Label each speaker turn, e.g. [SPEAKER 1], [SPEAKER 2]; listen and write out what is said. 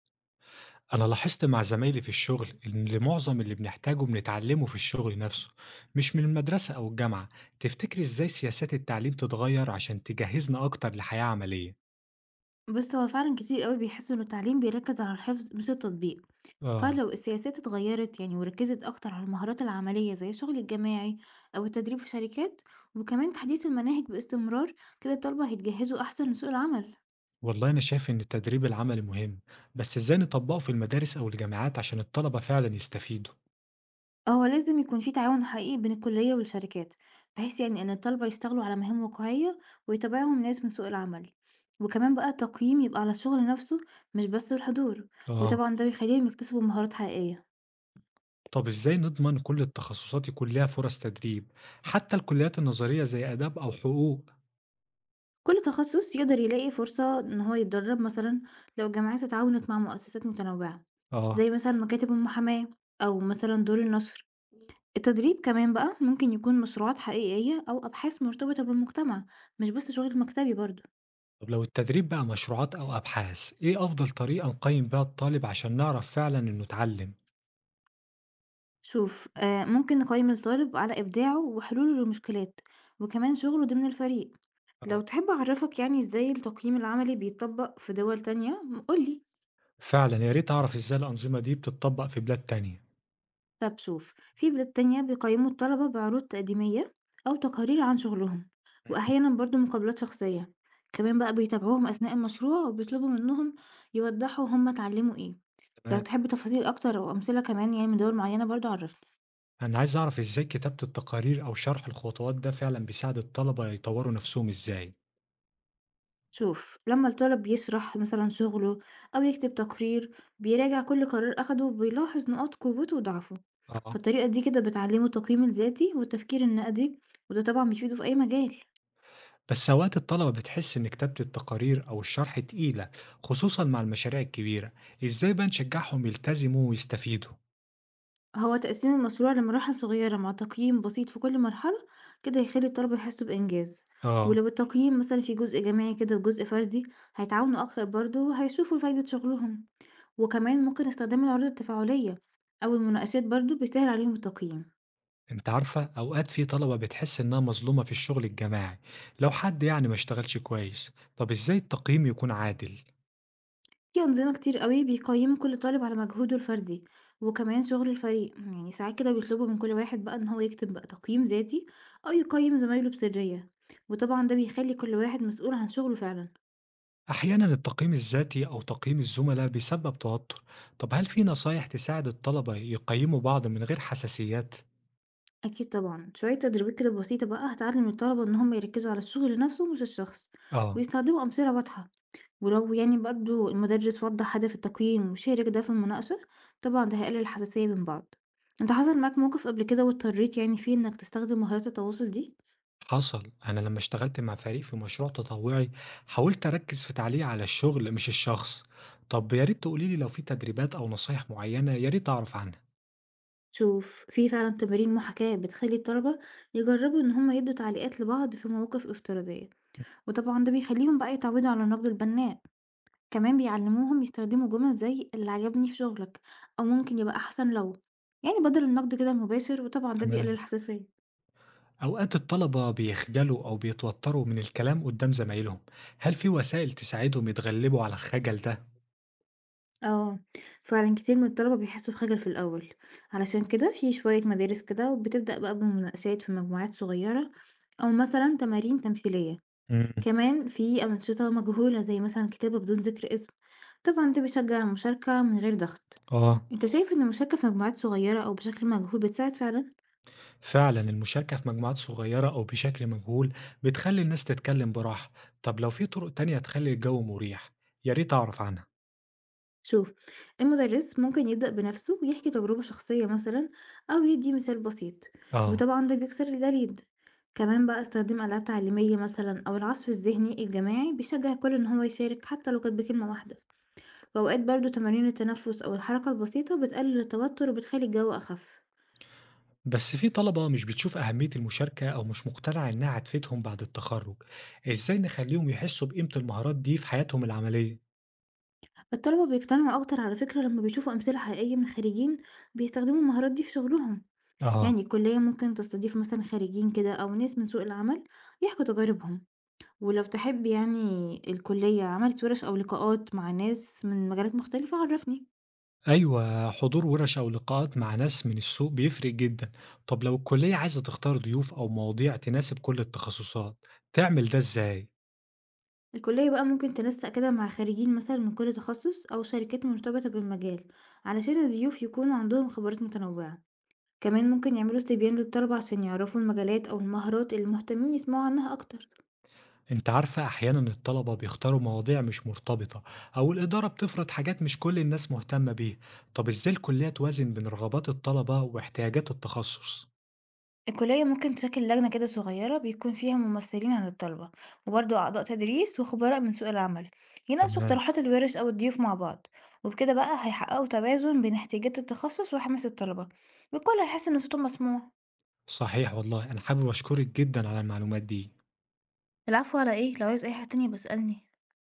[SPEAKER 1] أنا لاحظت مع زمايلي في الشغل إن معظم اللي بنحتاجه بنتعلمه في الشغل نفسه مش من المدرسة أو الجامعة، تفتكر إزاي سياسات التعليم تتغير عشان تجهزنا أكتر لحياة عملية؟
[SPEAKER 2] بص، هو فعلا كتير قوي بيحسوا ان التعليم بيركز على الحفظ مش التطبيق.
[SPEAKER 1] آه.
[SPEAKER 2] فلو السياسات اتغيرت يعني وركزت اكتر على المهارات العملية زي الشغل الجماعي او التدريب في شركات، وكمان تحديث المناهج باستمرار، كده الطلبة هيتجهزوا احسن لسوق العمل.
[SPEAKER 1] والله أنا شايف إن التدريب العملي مهم، بس إزاي نطبقه في المدارس أو الجامعات عشان الطلبة فعلا يستفيدوا؟
[SPEAKER 2] هو لازم يكون في تعاون حقيقي بين الكلية والشركات، بحيث يعني ان الطلبة يشتغلوا على مهام واقعية ويتابعهم ناس من سوق العمل. وكمان بقى التقييم يبقى على الشغل نفسه، مش بس الحضور.
[SPEAKER 1] آه.
[SPEAKER 2] وطبعا ده بيخليهم يكتسبوا مهارات حقيقية.
[SPEAKER 1] طب إزاي نضمن كل التخصصات يكون لها فرص تدريب، حتى الكليات النظرية زي آداب أو حقوق؟
[SPEAKER 2] كل تخصص يقدر يلاقي فرصة إن هو يتدرب مثلا لو الجامعات اتعاونت مع مؤسسات متنوعة،
[SPEAKER 1] آه.
[SPEAKER 2] زي مثلا مكاتب المحاماة أو مثلا دور النشر. التدريب كمان بقى ممكن يكون مشروعات حقيقية أو أبحاث مرتبطة بالمجتمع، مش بس شغل مكتبي برضه.
[SPEAKER 1] طب لو التدريب بقى مشروعات أو أبحاث، إيه أفضل طريقة نقيم بيها الطالب عشان نعرف فعلا إنه اتعلم؟
[SPEAKER 2] شوف، آه، ممكن نقيم الطالب على إبداعه وحلوله للمشكلات، وكمان شغله ضمن الفريق. لو
[SPEAKER 1] اه.
[SPEAKER 2] تحب أعرفك يعني إزاي التقييم العملي بيتطبق في دول تانية، قولي.
[SPEAKER 1] فعلا يا ريت أعرف إزاي الأنظمة دي بتطبق في بلاد تانية،
[SPEAKER 2] طب شوف، في بلاد تانية بيقيموا الطلبة بعروض تقديمية أو تقارير عن شغلهم،
[SPEAKER 1] مم،
[SPEAKER 2] وأحيانا برضو مقابلات شخصية. كمان بقى بيتابعوهم أثناء المشروع وبيطلبوا منهم يوضحوا هما اتعلموا ايه. لو
[SPEAKER 1] تمام.
[SPEAKER 2] تحب تفاصيل أكتر أو أمثلة كمان يعني من دول معينة برضو عرفني.
[SPEAKER 1] أنا عايز أعرف إزاي كتابة التقارير أو شرح الخطوات ده فعلا بيساعد الطلبة يطوروا نفسهم إزاي؟
[SPEAKER 2] شوف، لما الطالب يشرح مثلا شغله أو يكتب تقرير، بيراجع كل قرار أخده وبيلاحظ نقاط قوته وضعفه.
[SPEAKER 1] اه.
[SPEAKER 2] فالطريقة دي كده بتعلمه التقييم الذاتي والتفكير النقدي، وده طبعا بيفيده في أي مجال.
[SPEAKER 1] بس أوقات الطلبة بتحس إن كتابة التقارير أو الشرح تقيلة خصوصا مع المشاريع الكبيرة، إزاي بقى نشجعهم يلتزموا ويستفيدوا؟
[SPEAKER 2] هو تقسيم المشروع لمراحل صغيرة مع تقييم بسيط في كل مرحلة، كده هيخلي الطلبة يحسوا بإنجاز.
[SPEAKER 1] آه.
[SPEAKER 2] ولو التقييم مثلا في جزء جماعي كده وجزء فردي، هيتعاونوا أكتر برضه وهيشوفوا فايدة شغلهم. وكمان ممكن استخدام العروض التفاعلية أو المناقشات برضه بيسهل عليهم التقييم.
[SPEAKER 1] أنتِ عارفة، أوقات في طلبة بتحس إنها مظلومة في الشغل الجماعي، لو حد يعني ما اشتغلش كويس، طب إزاي التقييم يكون عادل؟
[SPEAKER 2] في أنظمة كتير قوي بيقيموا كل طالب على مجهوده الفردي وكمان شغل الفريق. يعني ساعات كده بيطلبوا من كل واحد بقى إن هو يكتب بقى تقييم ذاتي أو يقيم زمايله بسرية، وطبعا ده بيخلي كل واحد مسؤول عن شغله فعلا.
[SPEAKER 1] أحيانًا التقييم الذاتي أو تقييم الزملاء بيسبب توتر، طب هل في نصايح تساعد الطلبة يقيموا بعض من غير حساسيات؟
[SPEAKER 2] أكيد طبعا، شوية تدريبات كده بسيطة بقى هتعلم الطلبة إن هم يركزوا على الشغل نفسه مش الشخص،
[SPEAKER 1] آه.
[SPEAKER 2] ويستخدموا أمثلة واضحة. ولو يعني برضو المدرس وضح هدف التقييم وشارك ده في المناقشة، طبعا ده هيقلل الحساسية من بعض. انت حصل معاك موقف قبل كده واضطريت يعني فيه إنك تستخدم مهارات التواصل دي؟
[SPEAKER 1] حصل، أنا لما اشتغلت مع فريق في مشروع تطوعي، حاولت أركز في تعليقي على الشغل مش الشخص، طب يا ريت تقولي لي لو في تدريبات أو نصايح معينة يا ريت أعرف عنها.
[SPEAKER 2] شوف، في فعلا تمارين محاكاة بتخلي الطلبة يجربوا إن هم يدوا تعليقات لبعض في مواقف افتراضية،
[SPEAKER 1] امم،
[SPEAKER 2] وطبعا ده بيخليهم بقى يتعودوا على النقد البناء. كمان بيعلموهم يستخدموا جمل زي اللي عجبني في شغلك، أو ممكن يبقى أحسن لو، يعني بدل النقد كده المباشر، وطبعا ده بيقلل
[SPEAKER 1] تمام.
[SPEAKER 2] الحساسية.
[SPEAKER 1] أوقات الطلبة بيخجلوا أو بيتوتروا من الكلام قدام زمايلهم، هل في وسائل تساعدهم يتغلبوا على الخجل ده؟
[SPEAKER 2] اه، فعلا كتير من الطلبة بيحسوا بخجل في الأول. علشان كده في شوية مدارس كده وبتبدأ بقى بمناقشات في مجموعات صغيرة أو مثلا تمارين تمثيلية.
[SPEAKER 1] امم
[SPEAKER 2] كمان في أنشطة مجهولة زي مثلا كتابة بدون ذكر اسم، طبعا ده بيشجع المشاركة من غير ضغط.
[SPEAKER 1] آه.
[SPEAKER 2] انت شايف ان المشاركة في مجموعات صغيرة أو بشكل مجهول بتساعد فعلا؟
[SPEAKER 1] فعلا المشاركة في مجموعات صغيرة أو بشكل مجهول بتخلي الناس تتكلم براحة، طب لو في طرق تانية تخلي الجو مريح، يا ريت أعرف عنها.
[SPEAKER 2] شوف، المدرس ممكن يبدأ بنفسه ويحكي تجربة شخصية مثلا أو يدي مثال بسيط،
[SPEAKER 1] آه.
[SPEAKER 2] وطبعا ده بيكسر الجليد. كمان بقى استخدام ألعاب تعليمية مثلا أو العصف الذهني الجماعي بيشجع الكل إن هو يشارك حتى لو كانت بكلمة واحدة. وأوقات برضو تمارين التنفس أو الحركة البسيطة بتقلل التوتر وبتخلي الجو أخف.
[SPEAKER 1] بس في طلبة مش بتشوف أهمية المشاركة أو مش مقتنعة إنها هتفيدهم بعد التخرج، إزاي نخليهم يحسوا بقيمة المهارات دي في حياتهم العملية؟
[SPEAKER 2] الطلبة بيقتنعوا أكتر على فكرة لما بيشوفوا أمثلة حقيقية من خريجين بيستخدموا المهارات دي في شغلهم.
[SPEAKER 1] آه.
[SPEAKER 2] يعني الكلية ممكن تستضيف مثلا خريجين كده أو ناس من سوق العمل يحكوا تجاربهم. ولو تحب يعني الكلية عملت ورش أو لقاءات مع ناس من مجالات مختلفة عرفني.
[SPEAKER 1] أيوة، حضور ورش أو لقاءات مع ناس من السوق بيفرق جدًا، طب لو الكلية عايزة تختار ضيوف أو مواضيع تناسب كل التخصصات، تعمل ده إزاي؟
[SPEAKER 2] الكلية بقى ممكن تنسق كده مع خريجين مثلا من كل تخصص أو شركات مرتبطة بالمجال، علشان الضيوف يكونوا عندهم خبرات متنوعة. كمان ممكن يعملوا استبيان للطلبة عشان يعرفوا المجالات أو المهارات اللي مهتمين يسمعوا عنها أكتر.
[SPEAKER 1] أنت عارفة أحيانًا الطلبة بيختاروا مواضيع مش مرتبطة أو الإدارة بتفرض حاجات مش كل الناس مهتمة بيها، طب إزاي الكلية توازن بين رغبات الطلبة واحتياجات التخصص؟
[SPEAKER 2] الكلية ممكن تشكل لجنة كده صغيرة بيكون فيها ممثلين عن الطلبة وبرضه أعضاء تدريس وخبراء من سوق العمل، يناقشوا
[SPEAKER 1] تمام،
[SPEAKER 2] اقتراحات الورش أو الضيوف مع بعض. وبكده بقى هيحققوا توازن بين احتياجات التخصص وحماس الطلبة، والكل هيحس إن صوته مسموع.
[SPEAKER 1] صحيح والله، أنا حابب أشكرك جدًا على المعلومات دي.
[SPEAKER 2] العفو، على إيه؟ لو عايز أي حاجة تانية بسألني.